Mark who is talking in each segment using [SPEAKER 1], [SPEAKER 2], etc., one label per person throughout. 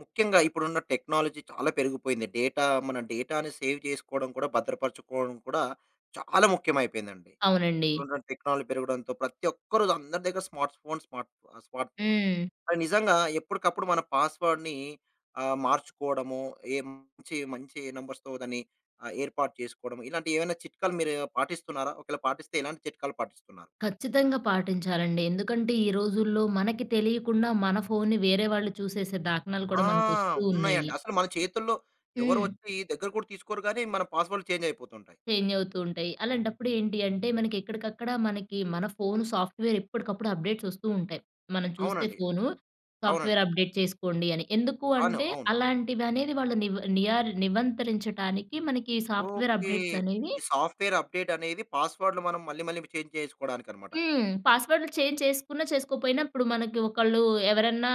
[SPEAKER 1] ముఖ్యంగా ఇప్పుడున్న టెక్నాలజీ చాలా పెరిగిపోయింది. డేటా మన డేటాని సేవ్ చేసుకోవడం కూడా, భద్రపరచుకోవడం కూడా చాలా ముఖ్యమైపోయిందండి.
[SPEAKER 2] అవునండి.
[SPEAKER 1] ఇప్పుడున్న టెక్నాలజీ పెరగడంతో ప్రతి ఒక్కరు అందరి దగ్గర స్మార్ట్ ఫోన్, స్మార్ట్ ఫోన్.
[SPEAKER 2] హ్మ్.
[SPEAKER 1] కానీ నిజంగా ఎప్పటికప్పుడు మన పాస్‌వర్డ్‌ని మార్చుకోవడము, ఏ మంచి నంబర్స్‌తో దాన్ని ఏర్పాటు చేసుకోవడం. ఇలాంటి ఏవైనా చిట్కాలు మీరు పాటిస్తున్నారా? ఒకవేళ పాటిస్తే ఎలాంటి చిట్కాలు పాటిస్తున్నారు?
[SPEAKER 2] ఖచ్చితంగా పాటించాలండి. ఎందుకంటే, ఈ రోజుల్లో మనకి తెలియకుండా మన ఫోన్‌ని వేరే వాళ్ళు చూసేసే దాఖనాలు
[SPEAKER 1] ఆ!
[SPEAKER 2] కూడా మనకొస్తూ
[SPEAKER 1] ఉన్నాయండి.
[SPEAKER 2] ఉన్నాయి.
[SPEAKER 1] అసలు మన చేతుల్లో ఎవరు
[SPEAKER 2] హ్మ్.
[SPEAKER 1] వచ్చి దగ్గర కూడా తీసుకోరు గానీ, మన పాస్‌వర్డ్‌లు చేంజ్ అయిపోతుంటాయి.
[SPEAKER 2] చేంజ్ అవుతూ ఉంటాయి. అలాంటప్పుడు ఏంటి అంటే, మనకి ఎక్కడికక్కడ మనకి మన ఫోన్ సాఫ్ట్‌వేర్ ఎప్పటికప్పుడు అప్డేట్స్ వస్తూ ఉంటాయి. మనం చూస్తే
[SPEAKER 1] అవునండి.
[SPEAKER 2] ఫోను
[SPEAKER 1] అవునండి.
[SPEAKER 2] సాఫ్ట్‌వేర్ అప్డేట్ చేసుకోండి అని. ఎందుకు
[SPEAKER 1] అవును.
[SPEAKER 2] అంటే,
[SPEAKER 1] అవును.
[SPEAKER 2] అలాంటివనేది వాళ్ళు నివ్ నియార్ నివంతరించటానికి మనకి సాఫ్ట్‌వేర్
[SPEAKER 1] ఓకే.
[SPEAKER 2] అప్డేట్స్ అనేవి.
[SPEAKER 1] ఈ సాఫ్ట్‌వేర్ అప్‌డేట్ అనేది పాస్‌వర్డ్‌లు మనం మళ్ళీ మళ్ళీ చేంజ్ చేసుకోవడానికన్నమాట.
[SPEAKER 2] పాస్‌వర్డ్‌లు చేంజ్ చేసుకున్నా, చేసుకోపోయినా ఇప్పుడు మనకి ఒకళ్ళు ఎవరన్నా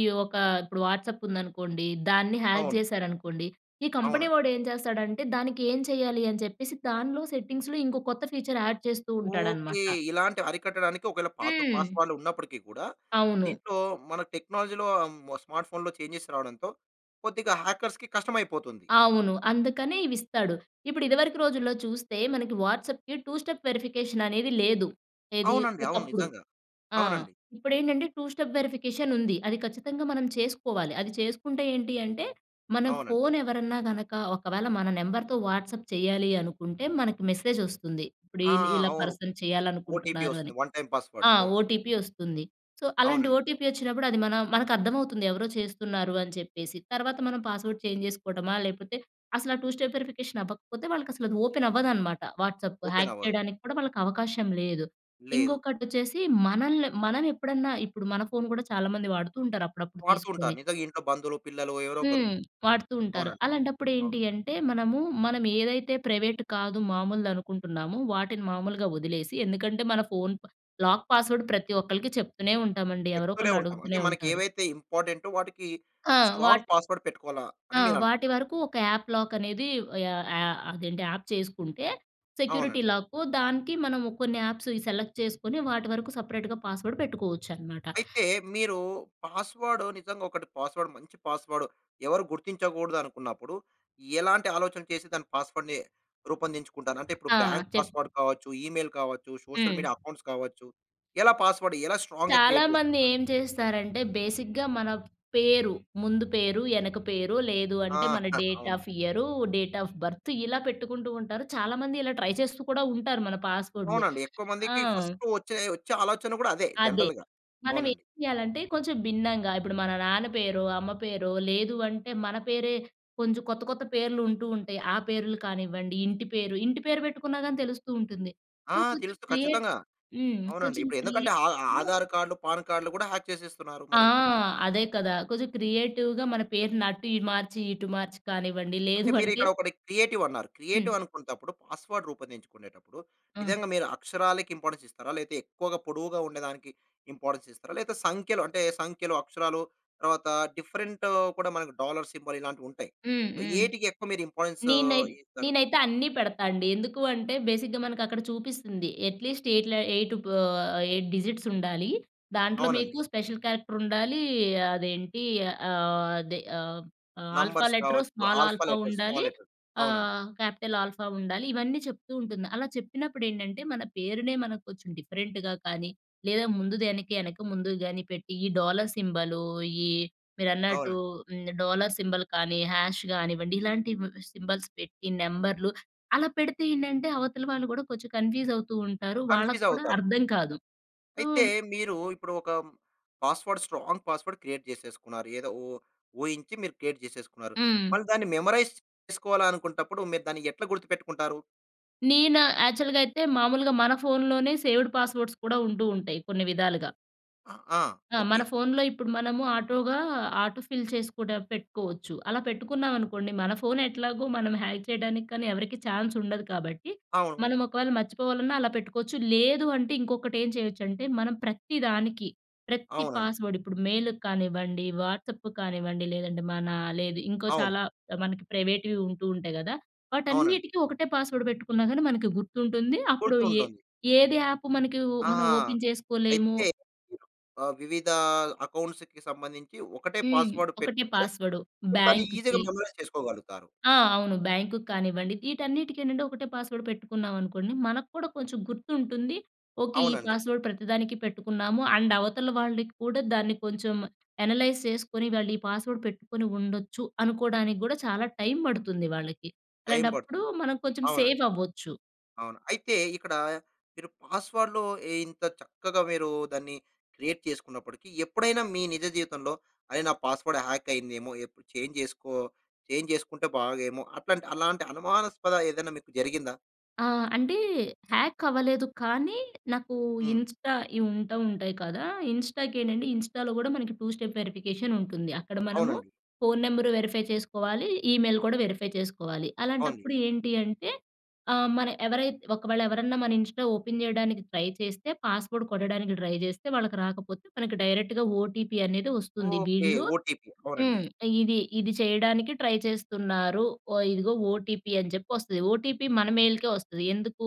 [SPEAKER 2] ఈ ఒక ఇప్పుడు వాట్సాప్ ఉందనుకోండి. దాన్ని హ్యాక్
[SPEAKER 1] అవును.
[SPEAKER 2] జేశారనుకోండి. ఈ కంపెనీ
[SPEAKER 1] అవునండి.
[SPEAKER 2] వాడు ఏం చేస్తాడంటే, దానికి ఏం చేయాలి అని చెప్పేసి దానిలో సెట్టింగ్స్‌లో ఇంకో కొత్త ఫీచర్ యాడ్ చేస్తూ
[SPEAKER 1] ఓకే.
[SPEAKER 2] ఉంటాడనమాట.
[SPEAKER 1] ఇలాంటివి అరికట్టడానికి ఒకవేళ పాత
[SPEAKER 2] హ్మ్.
[SPEAKER 1] పాస్‌వర్డ్‌లు ఉన్నప్పటికీ కూడా
[SPEAKER 2] అవును.
[SPEAKER 1] దీంట్లో మన టెక్నాలజీలో స్మార్ట్ ఫోన్‌లో చేంజెస్ రావడంతో కొద్దిగా హ్యాకర్స్‌కి కష్టమైపోతుంది.
[SPEAKER 2] అవును, అందుకని ఇవిస్తాడు. ఇప్పుడు ఇదివరకు రోజుల్లో చూస్తే మనకి వాట్సాప్‌కి టూ స్టెప్ వెరిఫికేషన్ అనేది లేదు. ఏది?
[SPEAKER 1] అవునండి. అవును.
[SPEAKER 2] ఒకప్పుడు.
[SPEAKER 1] నిజంగా.
[SPEAKER 2] ఆ!
[SPEAKER 1] అవునండి.
[SPEAKER 2] ఇప్పుడేంటంటే టూ స్టెప్ వెరిఫికేషన్ ఉంది. అది ఖచ్చితంగా మనం చేసుకోవాలి. అది చేసుకుంటే ఏంటి అంటే, మన
[SPEAKER 1] అవునండి.
[SPEAKER 2] ఫోన్ ఎవరన్నా గనక ఒకవేళ మన నంబర్‌తో వాట్సాప్ చేయాలి అనుకుంటే, మనకి మెసేజ్ ఒస్తుంది. ఇప్పుడు
[SPEAKER 1] ఆ!
[SPEAKER 2] ఈళ్ళు ఇలా
[SPEAKER 1] అవును.
[SPEAKER 2] పర్సన్
[SPEAKER 1] ఓటీపీ
[SPEAKER 2] చేయాలనుకుంటున్నారు అని.
[SPEAKER 1] వస్తుంది. One time password.
[SPEAKER 2] ఆ!
[SPEAKER 1] అవును.
[SPEAKER 2] ఓటీపీ ఒస్తుంది. సో, అలాంటి
[SPEAKER 1] అవునండి.
[SPEAKER 2] ఓటీపీ ఒచ్చినప్పుడు అది మనకర్థమవుతుంది ఎవరో చేస్తున్నారు అని చెప్పేసి. తర్వాత మనం పాస్‌వర్డ్ చేంజ్ జేసుకోవటమా, లేపోతే అసలా టూ స్టెప్ వెరిఫికేషన్ అవ్వకపోతే వాళ్ళకసలది ఓపెన్ అవ్వదనమాట. వాట్సాప్
[SPEAKER 1] ఓపెన్
[SPEAKER 2] హ్యాక్
[SPEAKER 1] అవ్వదు.
[SPEAKER 2] చేయడానికి కూడా వాళ్ళకవకాశం లేదు.
[SPEAKER 1] లేదు.
[SPEAKER 2] ఇంకొకటొచ్చేసి మనల్ని మనం ఎప్పుడన్నా ఇప్పుడు మన ఫోను గూడా చాలా మంది వాడుతూ ఉంటారు అప్పుడప్పుడు
[SPEAKER 1] వాడుతూ ఉంటారు.
[SPEAKER 2] తీసుకొని.
[SPEAKER 1] నిజంగా ఇంట్లో బంధువులు, పిల్లలు ఎవరో ఒకరు.
[SPEAKER 2] హ్మ్. వాడుతూ ఉంటారు.
[SPEAKER 1] అవునండి.
[SPEAKER 2] అలాంటప్పుడు ఏంటి
[SPEAKER 1] అవును.
[SPEAKER 2] అంటే మనము, మనం ఏదైతే ప్రైవేట్ కాదు మామూలుదనుకుంటున్నామో వాటిని మామూలుగా వదిలేసి, ఎందుకంటే మన ఫోన్ ప లాక్ పాస్వర్డ్ ప్రతి ఒక్కళ్ళకి చెప్తూనే ఉంటామండి. ఎవరో
[SPEAKER 1] చెప్తూనే
[SPEAKER 2] ఒకళ్ళు
[SPEAKER 1] ఉంటాం. అంటే
[SPEAKER 2] అడుగుతూనే ఉంటారు.
[SPEAKER 1] మనకేవైతే ఇంపార్టెంటో వాటికి
[SPEAKER 2] ఆ! వాట్
[SPEAKER 1] స్ట్రాంగ్ పాస్‌వర్డ్ పెట్టుకోవాలా
[SPEAKER 2] ఆ!
[SPEAKER 1] అని
[SPEAKER 2] వాటి
[SPEAKER 1] మీరంటున్నారు.
[SPEAKER 2] వరకు ఒక యాప్ లాక్ అనేది, యా యా అదేంటి యాప్ చేసుకుంటే సెక్యూరిటీ
[SPEAKER 1] అవునండి.
[SPEAKER 2] లాకు, దానికి మనం కొన్ని యాప్స్ సెలెక్ట్ చేసుకొని వాటి వరకు సెపరేట్‌గా పాస్వర్డ్ పెట్టుకోవచ్చనమాట.
[SPEAKER 1] అయితే మీరు పాస్‌వర్డ్ నిజంగా ఒకటి పాస్‌వర్డ్ మంచి పాస్‌వర్డ్ ఎవరు గుర్తించకూడదనుకున్నప్పుడు ఎలాంటి ఆలోచన చేసి దాని పాస్‌వర్డ్‌ని రూపొందించుకుంటారు? అంటే ఇప్పుడు
[SPEAKER 2] ఆ!
[SPEAKER 1] బ్యాంక్
[SPEAKER 2] చెప్
[SPEAKER 1] పాస్‌వర్డ్ కావచ్చు, ఈమెయిల్ కావచ్చు, సోషల్
[SPEAKER 2] హ్మ్.
[SPEAKER 1] మీడియా అకౌంట్స్ కావచ్చు. ఎలా స్ట్రాంగ్‌గా క్రియేట్
[SPEAKER 2] చాలామంది
[SPEAKER 1] చేసుకుంటారు?
[SPEAKER 2] ఏం చేస్తారంటే, బేసిక్‌గా మన పేరు, ముందు పేరు, యెనక పేరు, లేదు
[SPEAKER 1] ఆ!
[SPEAKER 2] అంటే మన డేట్
[SPEAKER 1] అవును.
[SPEAKER 2] Of year, date of birth ఇలా పెట్టుకుంటూ ఉంటారు. చాలామంది ఇలా ట్రై చేస్తూ కూడా ఉంటారు మన పాస్‌వర్డ్‌లు.
[SPEAKER 1] అవునండి. ఎక్కువ
[SPEAKER 2] ఆ!
[SPEAKER 1] మందికి ఫస్ట్ వచ్చే వచ్చే ఆలోచన గూడా అదే
[SPEAKER 2] అదే.
[SPEAKER 1] జనరల్‌గా.
[SPEAKER 2] మనం ఏం
[SPEAKER 1] అవునండి.
[SPEAKER 2] చేయాలంటే, కొంచెం భిన్నంగా ఇప్పుడు మన నాన్న పేరో, అమ్మ పేరో, లేదు అంటే మన పేరే కొంచెం, కొత్త పేర్లు ఉంటూ ఉంటాయి. ఆ పేర్లు కానివ్వండి, ఇంటి పేరు పెట్టుకున్నా గాని తెలుస్తూ ఉంటుంది.
[SPEAKER 1] ఆ!
[SPEAKER 2] సో, కొంచెం
[SPEAKER 1] తెలుసు
[SPEAKER 2] క్రియేట్
[SPEAKER 1] ఖచ్చితంగా.
[SPEAKER 2] హ్మ్.
[SPEAKER 1] అవునండి.
[SPEAKER 2] కొంచెం
[SPEAKER 1] ఇప్పుడు ఎందుకంటే
[SPEAKER 2] క్రియేటివ్‌గా.
[SPEAKER 1] ఆధార్ కార్డ్‌లు, పాన్ కార్డ్‌లు కూడా హ్యాక్ చేసేస్తున్నారు
[SPEAKER 2] ఆ!
[SPEAKER 1] మరి.
[SPEAKER 2] అదే కదా! కొంచెం క్రియేటివ్‌గా మన పేరుని అటు మార్చి, ఇటు మార్చి కానివ్వండి.
[SPEAKER 1] అంటే
[SPEAKER 2] లేదు
[SPEAKER 1] మీరు
[SPEAKER 2] అంటే
[SPEAKER 1] ఇక్కడ ఒకటి క్రియేటివ్ అన్నారు.
[SPEAKER 2] హ్మ్.
[SPEAKER 1] క్రియేటివ్ అనుకున్నప్పుడు పాస్‌వర్డ్ రూపొందించుకునేటప్పుడు
[SPEAKER 2] ఆ!
[SPEAKER 1] నిజంగా మీరు అక్షరాలకి ఇంపార్టెన్స్ ఇస్తారా? లేతే ఎక్కువగా పొడవుగా ఉండేదానికి ఇంపార్టెన్స్ ఇస్తారా? లేతే సంఖ్యలు, అక్షరాలు, తర్వాత డిఫరెంట్ కూడా మనకు డాలర్ సింబల్ ఇలాంటివి ఉంటాయి.
[SPEAKER 2] హ్మ్.
[SPEAKER 1] సో
[SPEAKER 2] హ్మ్.
[SPEAKER 1] ఏటికి ఎక్కువ మీరు ఇంపార్టెన్స్
[SPEAKER 2] నేనై
[SPEAKER 1] ఇస్తారు?
[SPEAKER 2] నేనైతే అన్నీ పెడతా అండి. ఎందుకు అంటే బేసిక్‌గా మనకక్కడ చూపిస్తుంది, అట్‌లీస్ట్ 8 ల 8 బ 8 డిజిట్స్ ఉండాలి. దాంట్లో మీకు
[SPEAKER 1] అవునండి.
[SPEAKER 2] స్పెషల్ క్యారెక్టర్ ఉండాలి. అదేంటి ఆహ్, అదే ఆహ్, ఆల్ఫా
[SPEAKER 1] నంబర్స్
[SPEAKER 2] లెటరు,
[SPEAKER 1] కావచ్చు,
[SPEAKER 2] స్మాల్
[SPEAKER 1] ఆల్ఫా
[SPEAKER 2] ఆల్ఫా
[SPEAKER 1] లెటర్స్,
[SPEAKER 2] ఉండాలి.
[SPEAKER 1] Small letters. అవునండి.
[SPEAKER 2] క్యాపిటల్ ఆల్ఫా ఉండాలి. ఇవన్నీ చెప్తూ ఉంటుంది. అలా చెప్పినప్పుడేంటంటే మన పేరునే మనం కొంచెం డిఫరెంట్‌గా కానీ, లేదా ముందుది ఎనక, ముందుది గాని పెట్టి ఈ డాలర్ సింబలు ఈ మీరన్నట్టు
[SPEAKER 1] అవునండి.
[SPEAKER 2] హ్మ్. డాలర్ సింబల్ కానీ, హాష్ గానివ్వండి, ఇలాంటి సింబల్స్ పెట్టి నంబర్‌లు అలా పెడితే ఏంటంటే అవతల వాళ్ళు కూడా కొంచెం కన్‌ఫ్యూజ్ అవుతూ ఉంటారు. వాళ్ళకి
[SPEAKER 1] కన్‌ఫ్యూజ్
[SPEAKER 2] కూడా
[SPEAKER 1] అవుతారు.
[SPEAKER 2] అర్థం కాదు. సో
[SPEAKER 1] అయితే మీరు ఇప్పుడు ఒక స్ట్రాంగ్ పాస్వర్డ్ క్రియేట్ చేసేసుకున్నారు. ఏదో ఊ ఊహించి మీరు క్రియేట్ చేసేసుకున్నారు.
[SPEAKER 2] హ్మ్.
[SPEAKER 1] మళ్ళీ దాన్ని మెమరైజ్ చేసుకోవాలనుకునేటప్పుడు మీరు దాన్ని ఎట్లా గుర్తుపెట్టుకుంటారు?
[SPEAKER 2] నేను యాక్చువల్‌గా అయితే మామూలుగా మన ఫోన్‌లోనే సేవ్డ్ పాస్‌వర్డ్స్ కూడా ఉంటూ ఉంటాయి కొన్ని విధాలుగా.
[SPEAKER 1] ఆ! ఆ!
[SPEAKER 2] ఆ!
[SPEAKER 1] ఓకే.
[SPEAKER 2] మన ఫోన్‌లో ఇప్పుడు మనము ఆటో ఫిల్ చేసి కూడా పెట్టుకోవచ్చు. అలా పెట్టుకున్నామనుకోండి, మన ఫోన్ ఎట్లాగో మనం హ్యాక్ చేయడానికి కానీ ఎవరికీ ఛాన్స్ ఉండదు కాబట్టి,
[SPEAKER 1] అవును.
[SPEAKER 2] మనం ఒకవేళ మర్చిపోవాలన్నా అలా పెట్టుకోవచ్చు. లేదు అంటే ఇంకొకటేం చేయొచ్చంటే, మనం ప్రతి దానికి, ప్రతి
[SPEAKER 1] అవునండి.
[SPEAKER 2] పాస్‌వర్డ్ ఇప్పుడు మెయిల్‌కి కానివ్వండి, వాట్సాప్ కానివ్వండి, లేదంటే మన లేదు ఇంకో
[SPEAKER 1] అవును.
[SPEAKER 2] చాలా మనకి ప్రైవేట్‌వి ఉంటూ ఉంటాయి గదా!
[SPEAKER 1] అవునండి.
[SPEAKER 2] వాటన్నిటికి ఒకటే పాస్‌వర్డ్ పెట్టుకున్నా గానీ మనకి గుర్తుంటుంది. అప్పుడు ఏ
[SPEAKER 1] గుర్తుంటుంది.
[SPEAKER 2] ఏది యాప్ మనకి,
[SPEAKER 1] ఆ!
[SPEAKER 2] మనం ఓపెన్ చేసుకోలేము.
[SPEAKER 1] అయితే మీరు వివిధ అకౌంట్స్‌కి సంబంధించి ఒకటే
[SPEAKER 2] హ్మ్.
[SPEAKER 1] పాస్వర్డ్
[SPEAKER 2] ఒకటే
[SPEAKER 1] పెట్టుకుంటే,
[SPEAKER 2] పాస్‌వర్డ్.
[SPEAKER 1] అప్పుడు దాన్ని ఈజీగా
[SPEAKER 2] బ్యాంక్‌కి
[SPEAKER 1] మెమరైజ్ చేసుకోగలుగుతారు.
[SPEAKER 2] ఆ! అవును, బ్యాంక్‌కి కానివ్వండి, వీటన్నిటికి ఏంటంటే ఒకటే పాస్‌వర్డ్ పెట్టుకున్నామనుకోండి, మనకు కూడా కొంచెం గుర్తుంటుంది. ఓకే. ఈ
[SPEAKER 1] అవునండి.
[SPEAKER 2] పాస్‌వర్డ్ ప్రతిదానికి పెట్టుకున్నాము. అండ్ అవతల వాళ్ళకి కూడా దాన్ని కొంచెం అనలైజ్ చేసుకొని, వాళ్ళు ఈ పాస్‌వర్డ్ పెట్టుకొని ఉండొచ్చు అనుకోడానికి కూడా చాలా టైం పడుతుంది వాళ్ళకి.
[SPEAKER 1] టైం
[SPEAKER 2] అలాంటప్పుడు
[SPEAKER 1] పడుతుంది.
[SPEAKER 2] మనం కొంచెం
[SPEAKER 1] అవునండి.
[SPEAKER 2] సేవ్ అవ్వచ్చు.
[SPEAKER 1] అవును. అయితే ఇక్కడ మీరు పాస్‌వర్డ్‌లో ఇంత చక్కగా మీరు దాన్ని క్రియేట్ చేసుకున్నప్పటికీ, ఎప్పుడైనా మీ నిజ జీవితంలో అరె! నా పాస్‌వర్డ్ హ్యాక్ అయిందేమో! ఎప్పుడు చేంజ్ చేసుకో చేంజ్ చేసుకుంటే బాగేమో! అలాంటి అనుమానాస్పద ఏదైనా మీకు జరిగిందా?
[SPEAKER 2] ఆ! అంటే హ్యాక్ అవ్వలేదు. కానీ నాకు
[SPEAKER 1] హ్మ్.
[SPEAKER 2] ఇవి ఉంటా ఉంటాయి కదా! ఇన్‌స్టాకేంటంటే ఇన్‌స్టాలో గూడా మనకి టూ స్టెప్ వెరిఫికేషన్ ఉంటుంది. అక్కడ మనము
[SPEAKER 1] అవునండి.
[SPEAKER 2] ఫోను నంబర్ వెరిఫై చేసుకోవాలి. ఈమెయిల్ కూడా వెరిఫై చేసుకోవాలి.
[SPEAKER 1] అవునండి.
[SPEAKER 2] అలాంటప్పుడు ఏంటి అంటే ఆహ్, మన ఎవరైతే ఒకవేళ ఎవరన్నా మన ఇన్‌స్టా ఓపెన్ చేయడానికి ట్రై చేస్తే, పాస్‌వర్డ్ కొట్టడానికి ట్రై చేస్తే వాళ్ళకి రాకపోతే మనకి డైరెక్ట్‌గా ఓటీపీ అనేది వస్తుంది.
[SPEAKER 1] ఓకే.
[SPEAKER 2] వీళ్ళు
[SPEAKER 1] ఓటీపీ. అవునండి.
[SPEAKER 2] హ్మ్. ఇది చేయడానికి ట్రై చేస్తున్నారు. ఓహ్! ఇదిగో ఓటీపీ అని జెప్పి వస్తది. ఓటీపీ మన మెయిల్‌కే వస్తది. ఎందుకు?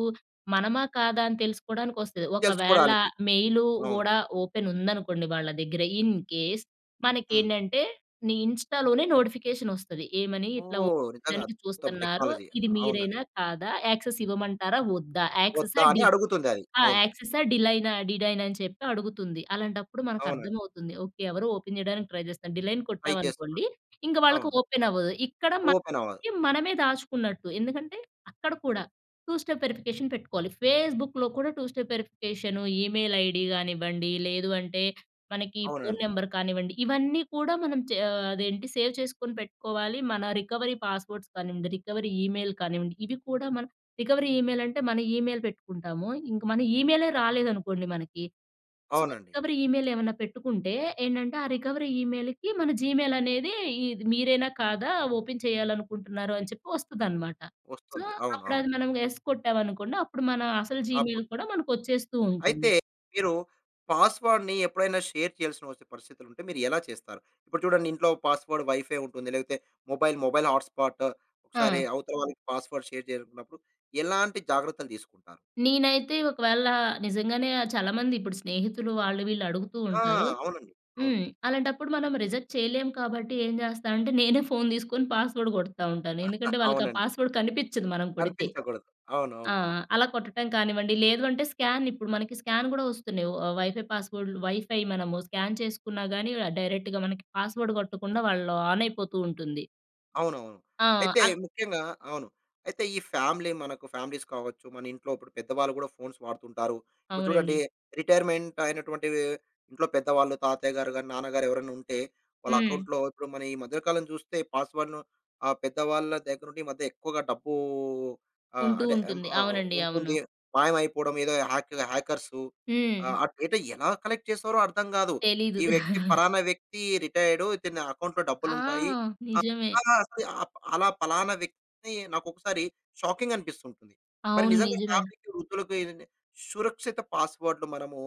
[SPEAKER 2] మనమా? కాదా? అని తెలుసుకోవడానికొస్తది. ఒకవేళ
[SPEAKER 1] తెలుసుకోవడానికి.
[SPEAKER 2] మెయిలు
[SPEAKER 1] అవును.
[SPEAKER 2] గూడా ఓపెన్ ఉందనుకోండి వాళ్ళ దగ్గర, ఇన్ కేస్
[SPEAKER 1] హ్మ్.
[SPEAKER 2] మనకేంటంటే నీ ఇన్‌స్టాలోనే నోటిఫికేషన్ ఒస్తది. ఏమని? ఇట్లా ఓపెన్
[SPEAKER 1] ఓహ్! నిజంగా
[SPEAKER 2] చేయడానికి
[SPEAKER 1] అద్భుతం
[SPEAKER 2] చూస్తున్నారు.
[SPEAKER 1] టెక్నాలజీ.
[SPEAKER 2] ఇది
[SPEAKER 1] అవునండి.
[SPEAKER 2] మీరేనా? కాదా? యాక్సెస్ ఇవ్వమంటారా? వద్దా?
[SPEAKER 1] వద్దా
[SPEAKER 2] యాక్సెసా?
[SPEAKER 1] అని
[SPEAKER 2] డి
[SPEAKER 1] అడుగుతుంది అది.
[SPEAKER 2] ఆ!
[SPEAKER 1] అవును.
[SPEAKER 2] యాక్సెసా? డిలైనా? డిడైనా? అని చెప్పి అడుగుతుంది. అలాంటప్పుడు
[SPEAKER 1] అవునండి.
[SPEAKER 2] మనకర్థమవుతుంది. ఓకే. ఎవరో ఓపెన్ జేయడానికి ట్రై జేస్తున్నారు. డిలైన్
[SPEAKER 1] ట్రై చేస్తున్నాడు.
[SPEAKER 2] కొట్టామనుకోండి, ఇంక వాళ్ళకి
[SPEAKER 1] అవును.
[SPEAKER 2] ఓపెన్ అవ్వదు. ఇక్కడ
[SPEAKER 1] ఓపెన్ అవ్వదు.
[SPEAKER 2] మనకి మనమే దాచుకున్నట్టు. ఎందుకంటే అక్కడ కూడా టూ స్టెప్ వెరిఫికేషన్ పెట్టుకోవాలి. ఫేస్‌బుక్‌లో కూడా two step verification, email ID గానివ్వండి, లేదు అంటే మనకి ఫోను
[SPEAKER 1] అవునండి.
[SPEAKER 2] నంబర్ కానివ్వండి, ఇవన్నీ కూడా మనం చే ఆహ్, అదేంటి సేవ్ చేసుకొని పెట్టుకోవాలి. మన రికవరీ పాస్‌వర్డ్స్ కానివ్వండి, రికవరీ ఈమెయిల్ కానివ్వండి, ఇవి కూడా మనం. రికవరీ ఈమెయిల్ అంటే మన ఈమెయిల్ పెట్టుకుంటాము. ఇంక మన ఈమెయిలే రాలేదనుకోండి మనకి. సో,
[SPEAKER 1] అవునండి.
[SPEAKER 2] రికవరీ ఈమెయిల్ ఏమన్నా పెట్టుకుంటే ఏంటంటే, ఆ రికవరీ ఈమెయిల్‌కి మన జీమెయిల్ అనేది, ఇది మీరేనా కాదా ఓపెన్ చేయాలనుకుంటున్నారు అని చెప్పి వస్తదనమాట. సో,
[SPEAKER 1] వస్తుంది. అవును. అవును.
[SPEAKER 2] అప్పుడది మనం యెస్ కొట్టామనుకోండి అప్పుడు మన అసలు జీమెయిల్
[SPEAKER 1] అప్పుడు.
[SPEAKER 2] కూడా మనకొచ్చేస్తూ
[SPEAKER 1] అయితే
[SPEAKER 2] ఉంటుంది.
[SPEAKER 1] మీరు పాస్‌వర్డ్‌ని ఎప్పుడైనా షేర్ చేయాల్సిన వచ్చే పరిస్థితులుంటే మీరు ఎలా చేస్తారు? ఇప్పుడు చూడండి ఇంట్లో పాస్‌వర్డ్ వైఫై ఉంటుంది. లేకపోతే మొబైల్ హాట్‌స్పాట్ ఒకసారి
[SPEAKER 2] ఆ!
[SPEAKER 1] అవతల వాళ్ళకి పాస్‌వర్డ్ షేర్ చేయాలనుకున్నప్పుడు ఎలాంటి జాగ్రత్తలు తీసుకుంటారు?
[SPEAKER 2] నేనైతే ఒకవేళ నిజంగానే చాలా మంది ఇప్పుడు స్నేహితులు వాళ్ళు వీళ్ళు అడుగుతూ
[SPEAKER 1] ఆ!
[SPEAKER 2] ఉంటారు.
[SPEAKER 1] అవునండి. అవును.
[SPEAKER 2] హ్మ్. అలాంటప్పుడు మనం రిజెక్ట్ చేయలేం కాబట్టి ఏం చేస్తానంటే, నేనే ఫోను తీసుకొని పాస్‌వర్డ్ కొడతా ఉంటాను. ఎందుకంటే, వాళ్ళకి ఆ
[SPEAKER 1] అవునండి.
[SPEAKER 2] పాస్‌వర్డ్ కనిపించదు మనం కొడితే.
[SPEAKER 1] కనిపించకూడదు. అవును.
[SPEAKER 2] ఆ!
[SPEAKER 1] అవును. అవును.
[SPEAKER 2] అలా కొట్టటం కానివ్వండి, లేదు అంటే ఇప్పుడు మనకి స్కాన్ కూడా వస్తున్నాయి. వైఫై పాస్‌వర్డ్‌లు వైఫై మనము స్కాన్ చేసుకున్నా గాని డైరెక్ట్‌గా మనకి పాస్‌వర్డ్ కొట్టకుండా వాళ్ళు ఆన్ అయిపోతూ ఉంటుంది.
[SPEAKER 1] అవునవును.
[SPEAKER 2] ఆ!
[SPEAKER 1] అయితే
[SPEAKER 2] అల్
[SPEAKER 1] ముఖ్యంగా అవును. అయితే ఈ ఫ్యామిలీస్ కావచ్చు, మన ఇంట్లో ఇప్పుడు పెద్దవాళ్ళు కూడా ఫోన్స్ వాడుతుంటారు. ఇప్పుడు చూడండి
[SPEAKER 2] అవునండి.
[SPEAKER 1] రిటైర్మెంట్ అయినటువంటి ఇంట్లో పెద్దవాళ్ళు తాతయ్య గారు గాని, నాన్నగారు ఎవరైనా ఉంటే వాళ్ళ
[SPEAKER 2] హ్మ్.
[SPEAKER 1] అకౌంట్‌లో ఇప్పుడు మన ఈ మధ్య కాలం చూస్తే పాస్‌వర్డ్‌ను పెద్దవాళ్ళ దగ్గర నుండి ఈ మధ్య ఎక్కువగా డబ్బు ఆహ్,
[SPEAKER 2] ఉంటూ
[SPEAKER 1] అంటే ఆహ్,
[SPEAKER 2] ఉంటుంది.
[SPEAKER 1] ఆహ్,
[SPEAKER 2] అవునండి. అవును.
[SPEAKER 1] ఉంటుంది. మాయమైపోవడం ఏదో హ్యాకర్సు
[SPEAKER 2] హ్మ్.
[SPEAKER 1] ఆ డేటా ఎలా కలెక్ట్ చేస్తారో అర్థం కాదు.
[SPEAKER 2] తెలీదు.
[SPEAKER 1] ఈ వ్యక్తి పలానా వ్యక్తి రిటైర్డ్ ఇతని అకౌంట్‌లో
[SPEAKER 2] ఆ!
[SPEAKER 1] డబ్బులుంటాయి.
[SPEAKER 2] నిజమే.
[SPEAKER 1] ఆ! అసలు ఆప్ అలా పలానా వ్యక్తిని నాకొకసారి షాకింగ్ అనిపిస్తుంటుంది. మరి
[SPEAKER 2] అవును,
[SPEAKER 1] నిజంగా
[SPEAKER 2] నిజమే.
[SPEAKER 1] ఫ్యామిలీకి, వృద్ధులకు ఏదైనా సురక్షిత పాస్‌వర్డ్‌లు మనము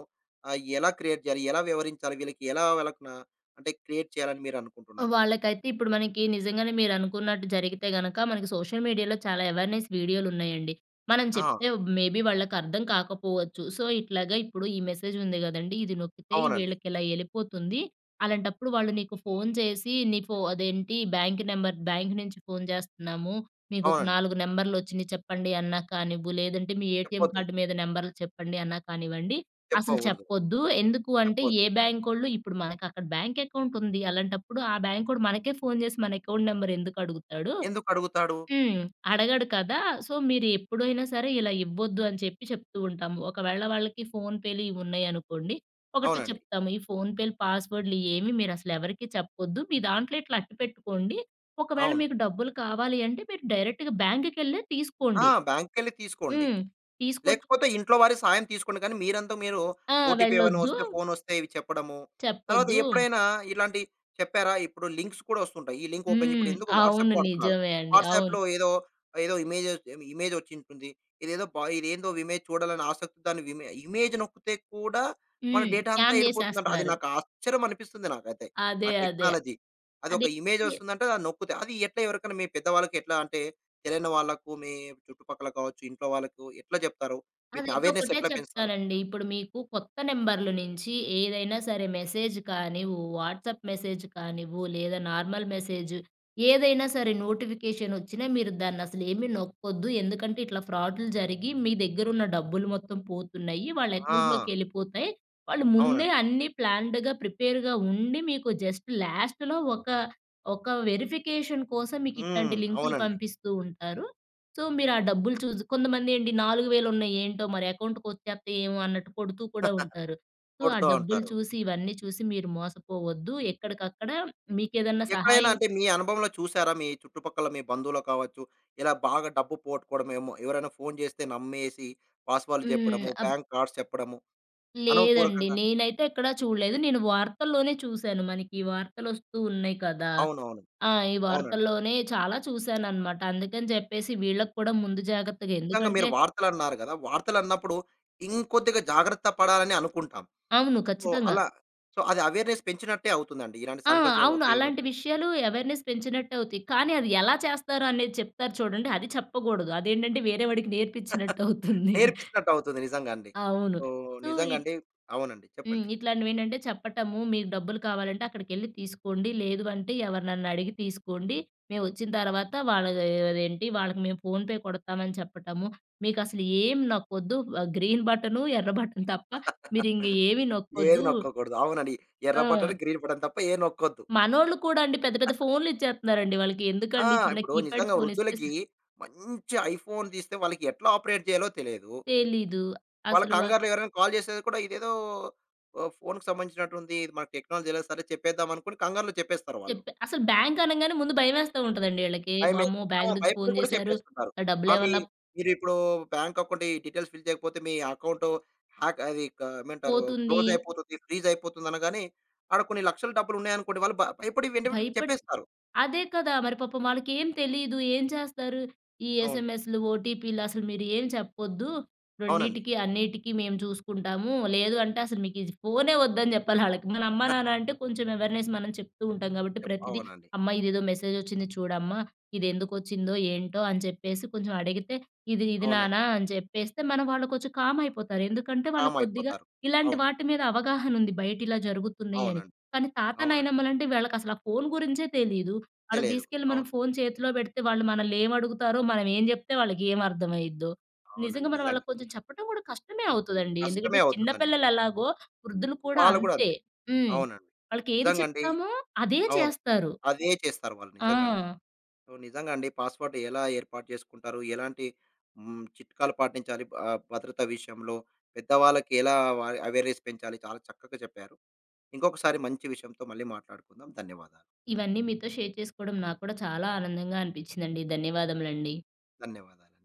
[SPEAKER 1] ఎలా క్రియేట్ చేయాలి? ఎలా వివరించాలి? వీళ్ళకి ఎలా వాళ్ళకి నా అంటే క్రియేట్ చేయాలని మీరనుకుంటున్నారు?
[SPEAKER 2] వాళ్ళకైతే ఇప్పుడు మనకి నిజంగానే మీరనుకున్నట్టు జరిగితే గనక మనకి సోషల్ మీడియాలో చాలా అవేర్‌నెస్ వీడియోలున్నాయండి. మనం
[SPEAKER 1] ఆ!
[SPEAKER 2] చెప్తే మేబీ వాళ్ళకర్థం కాకపోవచ్చు. సో, ఇట్లాగా ఇప్పుడు ఈ మెసేజ్ ఉంది గదండీ! ఇది నొక్కితే
[SPEAKER 1] అవునండి.
[SPEAKER 2] వీళ్ళకిలా ఎళ్ళిపోతుంది. అలాంటప్పుడు వాళ్ళు నీకు ఫోను చేసి నీ ఫో అదేంటి బ్యాంక్ నంబర్ బ్యాంక్ నుంచి ఫోను జేస్తున్నాము. మీకొక
[SPEAKER 1] అవునండి.
[SPEAKER 2] 4 నంబర్‌లొచ్చినియి చెప్పండి అన్నా కానివ్వు, లేదంటే మీ ఏటీఎం
[SPEAKER 1] చెప్పొద్దు.
[SPEAKER 2] కార్డ్ మీద నంబర్లు చెప్పండి అన్నా కానివ్వండి. అసలు
[SPEAKER 1] చెప్పకూడదు.
[SPEAKER 2] చెప్పొద్దు. ఎందుకు అంటే,
[SPEAKER 1] చెప్పొద్దు.
[SPEAKER 2] ఏ బ్యాంకోళ్ళు ఇప్పుడు మనకక్కడ బ్యాంక్ అకౌంట్ ఉంది. అలాంటప్పుడు ఆ బ్యాంకోడు మనకే ఫోను చేసి మన అకౌంట్ నంబర్ ఎందుకు అడుగుతాడు?
[SPEAKER 1] ఎందుకడుగుతాడు?
[SPEAKER 2] హ్మ్. అడగడు కదా! సో, మీరు ఎప్పుడైనా సరే ఇలా ఇవ్వొద్దు అని చెప్పి చెప్తూ ఉంటాము. ఒకవేళ వాళ్ళకి ఫోన్‌పేలు ఇవి ఉన్నాయనుకోండి, ఒకటే
[SPEAKER 1] అవునండి.
[SPEAKER 2] చెప్తాము. ఈ ఫోన్‌పేలు పాస్‌వర్డ్‌లు ఏమి మీరసలు ఎవరికీ చెప్పొద్దు. మీ దాంట్లో ఇట్లా అట్టి పెట్టుకోండి. ఒకవేళ
[SPEAKER 1] అవును.
[SPEAKER 2] మీకు డబ్బులు కావాలి అంటే మీరు డైరెక్ట్‌గా బ్యాంక్‌కెళ్ళే
[SPEAKER 1] ఆ!
[SPEAKER 2] తీసుకోండి.
[SPEAKER 1] బ్యాంక్‌కెళ్ళి తీసుకోండి.
[SPEAKER 2] హ్మ్. తీసుకొచ్చు
[SPEAKER 1] లేకపోతే ఇంట్లో వారి సాయం తీసుకోండి. కానీ మీరు
[SPEAKER 2] ఆ!
[SPEAKER 1] ఓటీపీ ఏమైనా
[SPEAKER 2] వెళ్ళొద్దు.
[SPEAKER 1] వస్తే ఫోనొస్తే ఇవి చెప్పడము. తర్వాత
[SPEAKER 2] చెప్పొద్దు.
[SPEAKER 1] ఎప్పుడైనా ఇలాంటి చెప్పారా? ఇప్పుడు లింక్స్ కూడా వస్తుంటాయి. ఈ లింక్ ఓపెన్ ఇప్పుడు
[SPEAKER 2] హ్మ్.
[SPEAKER 1] ఎందుకు వాట్సాప్
[SPEAKER 2] అవును,
[SPEAKER 1] వాడుతున్నారు.
[SPEAKER 2] నిజమే అండి. అవును.
[SPEAKER 1] వాట్సాప్‌లో ఏదో, ఏదో ఇమేజ్ ఇమేజ్ వచ్చింటుంది. ఇదేదో బా ఇదేందో ఇమేజ్ చూడాలని ఆసక్తి దాన్ని ఇమేజ్ నొక్కితే కూడా మన
[SPEAKER 2] హ్మ్.
[SPEAKER 1] డేటా అంతా
[SPEAKER 2] స్కామ్
[SPEAKER 1] ఎళ్ళిపోతుందంట. అది
[SPEAKER 2] జేసేస్తున్నారు.
[SPEAKER 1] నాకు ఆశ్చర్యం అనిపిస్తుంది నాకైతే. ఆ
[SPEAKER 2] అదే, అదే.
[SPEAKER 1] టెక్నాలజీ. అదొక
[SPEAKER 2] అది
[SPEAKER 1] ఇమేజ్ వస్తుందంట. అది నొక్కుతే అది ఎట్లా ఎవరికైనా మీ పెద్దవాళ్ళకి ఎట్లా అంటే తెలియని వాళ్ళకు మీ చుట్టుపక్కల కావచ్చు, ఇంట్లో వాళ్ళకు ఎట్లా జెప్తారు? వీటిని
[SPEAKER 2] అదైతే
[SPEAKER 1] అవేర్‌నెస్
[SPEAKER 2] ఒకటే
[SPEAKER 1] ఎట్లా పెంచుతారు?
[SPEAKER 2] చెప్తానండి. ఇప్పుడు మీకు కొత్త నంబర్‌ల నుంచి ఏదైనా సరే మెసేజ్ కానివ్వు, వాట్సాప్ మెసేజ్ కానివ్వు, లేదా నార్మల్ మెసేజ్ ఏదైనా సరే నోటిఫికేషన్ ఒచ్చినా మీరు దాన్నసలు ఏమి నొక్కొద్దు. ఎందుకంటే ఇట్లా ఫ్రాడ్‌లు జరిగి మీ దగ్గరున్న డబ్బులు మొత్తం పోతున్నాయి. వాళ్ళ
[SPEAKER 1] ఆ!
[SPEAKER 2] అకౌంట్‌లోకెళ్ళిపోతాయి. వాళ్ళు ముందే
[SPEAKER 1] అవునండి.
[SPEAKER 2] అన్నీ ప్లాన్డ్‌గా ప్రిపేర్‌గా ఉండి మీకు జస్ట్ లాస్ట్‌లో ఒక ఒక వెరిఫికేషన్ కోసం మీకు ఇట్లాంటి
[SPEAKER 1] హ్మ్.
[SPEAKER 2] లింకులు
[SPEAKER 1] అవునండి.
[SPEAKER 2] పంపిస్తూ ఉంటారు. సో, మీరు ఆ డబ్బులు చూసి, కొంతమందేంటి 4000 ఉన్నాయి ఏంటో మరి అకౌంట్‌కొచ్చేత్తయి ఏమో అన్నట్టు కొడుతూ కూడా ఉంటారు. సో, ఆ
[SPEAKER 1] కొడుతూ
[SPEAKER 2] డబ్బులు
[SPEAKER 1] ఉంటారు.
[SPEAKER 2] చూసి, ఇవన్నీ చూసి మీరు మోసపోవద్దు. ఎక్కడికక్కడ మీకేదన్నా
[SPEAKER 1] ఎక్కడైనా
[SPEAKER 2] సహాయం.
[SPEAKER 1] అంటే మీ అనుభవంలో చూసారా? మీ చుట్టుపక్కల మీ బంధువులు కావచ్చు, ఇలా బాగా డబ్బు పోగొట్టుకోవడం ఏమో, ఎవరైనా ఫోను జేస్తే నమ్మేసి పాస్‌వర్డ్‌లు
[SPEAKER 2] హ్మ్.
[SPEAKER 1] చెప్పడము, బ్యాంక్ కార్డ్స్ చెప్పడము,
[SPEAKER 2] లేదండి.
[SPEAKER 1] అనుభవపూర్వకంగా
[SPEAKER 2] నేనైతే ఎక్కడా చూడలేదు. నేను వార్తల్లోనే చూశాను. మనకి వార్తలొస్తూ ఉన్నాయి కదా!
[SPEAKER 1] అవునవును.
[SPEAKER 2] ఆ! ఈ
[SPEAKER 1] అవునండి.
[SPEAKER 2] వార్తల్లోనే చాలా చూశాననమాట. అందుకని చెప్పేసి వీళ్ళకి కూడా ముందు జాగ్రత్తగా,
[SPEAKER 1] నిజంగా మీరు
[SPEAKER 2] ఎందుకంటే
[SPEAKER 1] వార్తలన్నారు గదా! వార్తలన్నప్పుడు ఇంకొద్దిగా జాగ్రత్త పడాలని అనుకుంటాం.
[SPEAKER 2] అవును,
[SPEAKER 1] సో,
[SPEAKER 2] ఖచ్చితంగా.
[SPEAKER 1] అలా సో, అది అవేర్‌నెస్ పెంచినట్టే అవుతుందండి. ఇలాంటి
[SPEAKER 2] ఆ!
[SPEAKER 1] సంఘటనలు
[SPEAKER 2] అవును, అలాంటి
[SPEAKER 1] జరిగినప్పుడు.
[SPEAKER 2] విషయాలు అవేర్‌నెస్ పెంచినట్టు అవుతాయి. కానీ అది ఎలా చేస్తారో అనేది చెప్తారు చూడండి, అది చెప్పకూడదు. అదేంటంటే వేరే వాడికి నేర్పించినట్టు అవుతుంది.
[SPEAKER 1] నేర్పించినట్టవుతుంది నిజంగండి.
[SPEAKER 2] అవును.
[SPEAKER 1] సో,
[SPEAKER 2] సో, ఇట్
[SPEAKER 1] నిజంగండి అవునండి.
[SPEAKER 2] హ్మ్.
[SPEAKER 1] చెప్పండి.
[SPEAKER 2] ఇట్లాంటివేంటంటే చెప్పటము, మీకు డబ్బులు కావాలంటే అక్కడికెళ్లి తీసుకోండి. లేదు అంటే ఎవరినన్నా అడిగి తీసుకోండి. మేమొచ్చిన తర్వాత వాళ్ళకి మేము ఫోన్‌పే కొడతామని చెప్పటము. మీకసలు ఏం నొక్కొద్దు. గ్రీన్ బటను, ఎర్ర బటన్ తప్ప మీరింక ఏమి
[SPEAKER 1] ఏది
[SPEAKER 2] నొక్కొద్దు.
[SPEAKER 1] నొక్కకూడదు. అవునండి. ఎర్ర
[SPEAKER 2] ఆ!
[SPEAKER 1] బటన్, గ్రీన్ బటన్ తప్ప ఏది నొక్కొద్దు.
[SPEAKER 2] మనోళ్ళు కూడా అండి పెద్ద పెద్ద ఫోన్‌లు ఇచ్చేస్తున్నారండి వాళ్ళకి.
[SPEAKER 1] ఆ!
[SPEAKER 2] ఎందుకండి చిన్న
[SPEAKER 1] ఇప్పుడు
[SPEAKER 2] కీప్యాడ్
[SPEAKER 1] నిజంగా
[SPEAKER 2] ఫోన్ ఇస్తే?
[SPEAKER 1] వృద్ధులకి మంచి ఐఫోన్ తీస్తే వాళ్ళకి ఎట్లా ఆపరేట్ చేయాలో తెలియదు.
[SPEAKER 2] తెలీదు.
[SPEAKER 1] వాళ్ళ
[SPEAKER 2] అసలు వ
[SPEAKER 1] కంగారులో ఎవరైనా కాల్ చేసేది కూడా ఇదేదో ఫోన్‌కి సంబంధించినట్టుంది. ఇది మనకు టెక్నాలజీ ఎలా సరే చెప్పేద్దాం అనుకుని కంగారులో చెప్పేస్తారు వాళ్ళు.
[SPEAKER 2] చెప్ప అసలు బ్యాంక్ అనంగానే ముందు భయమేస్తా ఉంటదండి ఈళ్ళకి.
[SPEAKER 1] భయమే
[SPEAKER 2] వామ్మో!
[SPEAKER 1] ఆ!
[SPEAKER 2] బ్యాంక్ నుంచి
[SPEAKER 1] భయపడి
[SPEAKER 2] ఫోన్
[SPEAKER 1] కూడా
[SPEAKER 2] జేశారు.
[SPEAKER 1] చెప్పేస్తున్నారు. ఆ! మీ
[SPEAKER 2] డబ్బులేమన్నా
[SPEAKER 1] మీరిప్పుడు బ్యాంక్ అకౌంట్ ఈ డీటెయిల్స్ ఫిల్ చేయకపోతే మీ అకౌంట్ హ్యాక్ అది క ఏమంటారు
[SPEAKER 2] పోతుంది.
[SPEAKER 1] క్లోజ్ అయిపోతుంది, ఫ్రీజ్ అయిపోతుంది అనగానే, ఆడ కొన్ని లక్షల డబ్బులు ఉన్నాయనుకోండి వాళ్ళు భయపడి వెంటనే
[SPEAKER 2] భయపడ్
[SPEAKER 1] చెప్పేస్తారు.
[SPEAKER 2] అదే కదా! మరి పాపం వాళ్ళకేం తెలీదు. ఏం చేస్తారు? ఈ
[SPEAKER 1] అవును.
[SPEAKER 2] ఎస్ఎంఎస్‌లు, ఓటీపీలు అసలు మీరు ఏం చెప్పొద్దు.
[SPEAKER 1] అవునండి.
[SPEAKER 2] రెండిటికి, అన్నిటికి మేము చూసుకుంటాము. లేదు అంటే అసలు మీకు ఇది ఫోనే వద్దని చెప్పాలి ఆళ్ళకి. మన అమ్మ, నాన్న అంటే కొంచెం అవేర్‌నెస్ మనం చెప్తూ ఉంటాం కాబట్టి ప్రతిదీ,
[SPEAKER 1] అవునండి.
[SPEAKER 2] "అమ్మ ఇదేదో మెసేజ్ వచ్చింది చూడమ్మా. ఇదెందుకొచ్చిందో ఏంటో" అని చెప్పేసి కొంచెం అడిగితే, "ఇది
[SPEAKER 1] అవునండి.
[SPEAKER 2] నాన్న" అని చెప్పేస్తే మన వాళ్ళు కొంచెం కామ్ అయిపోతారు. ఎందుకంటే
[SPEAKER 1] కామ్
[SPEAKER 2] వాళ్ళకి కొద్దిగా
[SPEAKER 1] అయిపోతారు.
[SPEAKER 2] ఇలాంటి
[SPEAKER 1] అవును.
[SPEAKER 2] వాటి మీద అవగాహనుంది. బయట ఇలా జరుగుతున్నాయని.
[SPEAKER 1] అవునండి.
[SPEAKER 2] కానీ తాత,
[SPEAKER 1] అవునండి.
[SPEAKER 2] నాయనమ్మలంటే వీళ్ళకసల ఆ ఫోను గురించే తెలీదు. ఆడికి
[SPEAKER 1] తెలియదు.
[SPEAKER 2] తీసుకెళ్ళి మనం
[SPEAKER 1] అవును.
[SPEAKER 2] ఫోను చేతిలో పెడితే వాళ్ళు మనల్నేమడుగుతారో, మనం ఏం జెప్తే వాళ్ళకేం అర్థమైద్దో.
[SPEAKER 1] అవునండి.
[SPEAKER 2] నిజంగా మనం
[SPEAKER 1] నిజంగా.
[SPEAKER 2] వాళ్ళకి కొంచెం చెప్పడం గూడా కష్టమే అవుతదండి.
[SPEAKER 1] కష్టమే
[SPEAKER 2] ఎందుకంటే చిన్న
[SPEAKER 1] అవుతుందండి.
[SPEAKER 2] పిల్లలెలాగో వృద్ధులు కూడా
[SPEAKER 1] వాళ్ళు కూడా
[SPEAKER 2] అంతే.
[SPEAKER 1] అంతే.
[SPEAKER 2] హ్మ్.
[SPEAKER 1] అవునండి.
[SPEAKER 2] వాళ్ళకేది
[SPEAKER 1] నిజంగండి.
[SPEAKER 2] చెప్తామో అదే
[SPEAKER 1] అవును.
[SPEAKER 2] చేస్తారు.
[SPEAKER 1] అదే చేస్తారు వాళ్ళు నిజంగండి.
[SPEAKER 2] ఆ!
[SPEAKER 1] సో, నిజంగా అండి. పాస్‌వర్డ్ ఎలా ఏర్పాటు చేసుకుంటారు? ఎలాంటి చిట్కాలు పాటించాలి భద్రత విషయంలో? పెద్దవాళ్ళకి ఎలా వా అవేర్‌నెస్ పెంచాలి? చాలా చక్కగా చెప్పారు. ఇంకొకసారి మంచి విషయంతో మళ్ళీ మాట్లాడుకుందాం. ధన్యవాదాలు.
[SPEAKER 2] ఇవన్నీ మీతో షేర్ చేసుకోవడం నాకు కూడా చాలా ఆనందంగా అనిపిచ్చిందండి. ధన్యవాదములండి.
[SPEAKER 1] ధన్యవాదాలండి.